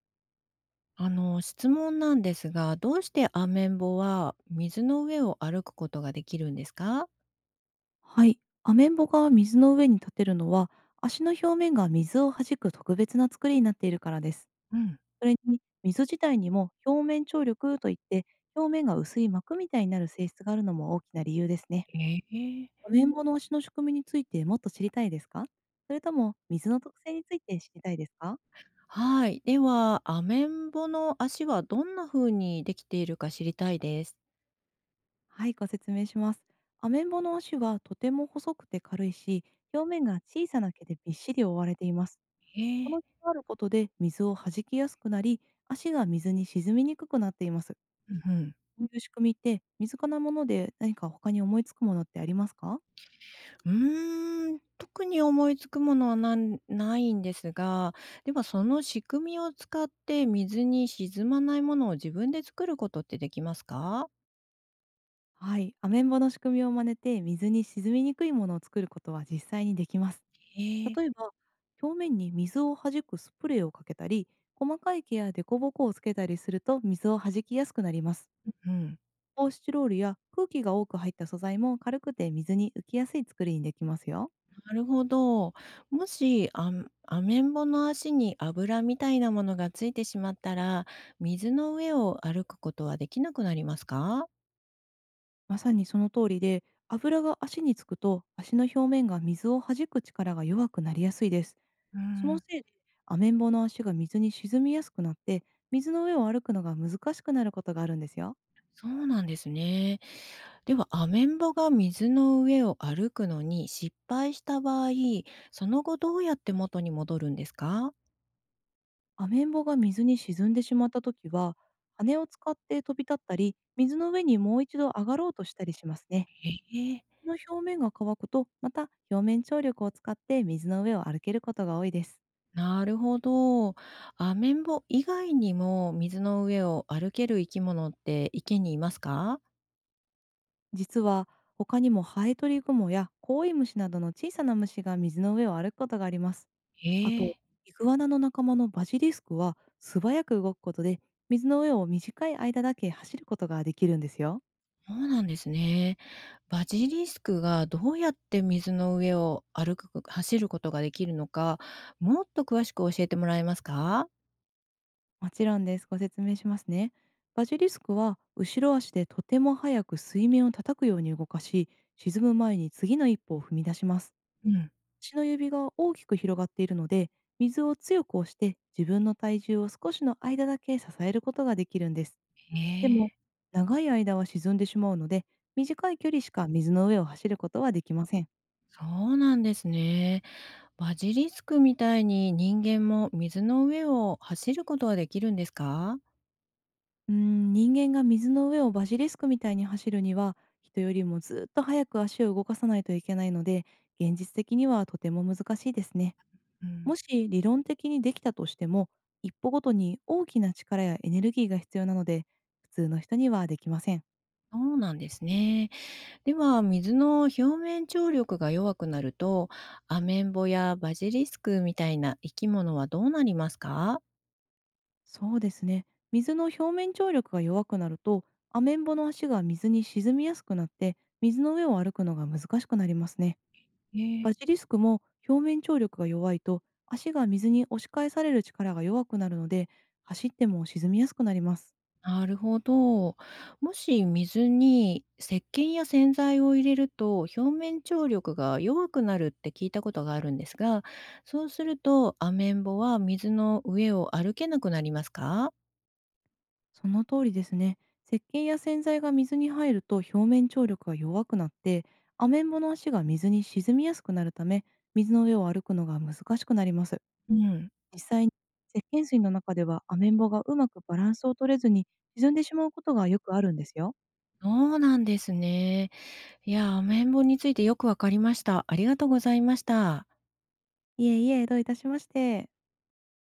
質問なんですが、どうしてアメンボは水の上を歩くことができるんですか。はい、アメンボが水の上に立てるのは、足の表面が水を弾く特別な作りになっているからです。うん。それに、水自体にも表面張力といって、表面が薄い膜みたいになる性質があるのも大きな理由ですね。ええ。アメンボの足の仕組みについてもっと知りたいですか？それとも水の特性について知りたいですか？はい。では、アメンボの足はどんな風にできているか知りたいです。はい、ご説明します。アメンボの足はとても細くて軽いし、表面が小さな毛でびっしり覆われています。えこのえ。があることで水を弾きやすくなり、足が水に沈みにくくなっています。うん、うん。こういう仕組みって、身近なもので何か他に思いつくものってありますか？うーん、特に思いつくものはなんないんですが、ではその仕組みを使って水に沈まないものを自分で作ることってできますか。はい、アメンボの仕組みを真似て水に沈みにくいものを作ることは実際にできます。ええ。例えば、表面に水を弾くスプレーをかけたり、細かい毛や凸凹をつけたりすると水を弾きやすくなります。うん。ポーシチロールや空気が多く入った素材も、軽くて水に浮きやすい作りにできますよ。なるほど。もし、アメンボの足に油みたいなものがついてしまったら、水の上を歩くことはできなくなりますか？まさにその通りで、油が足につくと、足の表面が水を弾く力が弱くなりやすいです。うーそのん。せいで、アメンボの足が水に沈みやすくなって、水の上を歩くのが難しくなることがあるんですよ。そうなんですね。では、アメンボが水の上を歩くのに失敗した場合、その後どうやって元に戻るんですか？アメンボが水に沈んでしまった時は、羽を使って飛び立ったり、水の上にもう一度上がろうとしたりしますね。ええ。水の表面が乾くと、また表面張力を使って水の上を歩けることが多いです。なるほど。アメンボ以外にも水の上を歩ける生き物って池にいますか？実は、他にもハエトリグモやコウイムシなどの小さな虫が水の上を歩くことがあります。へあと、え。イグアナの仲間のバジリスクは、素早く動くことで水の上を短い間だけ走ることができるんですよ。そうなんですね。バジリスクがどうやって水の上を走ることができるのか、もっと詳しく教えてもらえますか？もちろんです。ご説明しますね。バジリスクは後ろ足でとても速く水面を叩くように動かし、沈む前に次の一歩を踏み出します。うん。足の指が大きく広がっているので、水を強く押して自分の体重を少しの間だけ支えることができるんです。へでも、え。長い間は沈んでしまうので、短い距離しか水の上を走ることはできません。そうなんですね。バジリスクみたいに人間も水の上を走ることはできるんですか？人間が水の上をバジリスクみたいに走るには、人よりもずっと早く足を動かさないといけないので、現実的にはとても難しいですね。うもん。し理論的にできたとしても、一歩ごとに大きな力やエネルギーが必要なので、普通の人にはできません。そうなんですね。では、水の表面張力が弱くなると、アメンボやバジリスクみたいな生き物はどうなりますか？そうですね。水の表面張力が弱くなると、アメンボの足が水に沈みやすくなって、水の上を歩くのが難しくなりますね。へえ。バジリスクも、表面張力が弱いと、足が水に押し返される力が弱くなるので、走っても沈みやすくなります。なるほど。もし水に石鹸や洗剤を入れると表面張力が弱くなるって聞いたことがあるんですが、そうするとアメンボは水の上を歩けなくなりますか。その通りですね。石鹸や洗剤が水に入ると表面張力が弱くなって、アメンボの足が水に沈みやすくなるため、水の上を歩くのが難しくなります。うん。実際に、石鹸水の中ではアメンボがうまくバランスを取れずに沈んでしまうことがよくあるんですよ。そうなんですね。いや、アメンボについてよくわかりました。ありがとうございました。いえいえ、どういたしまして。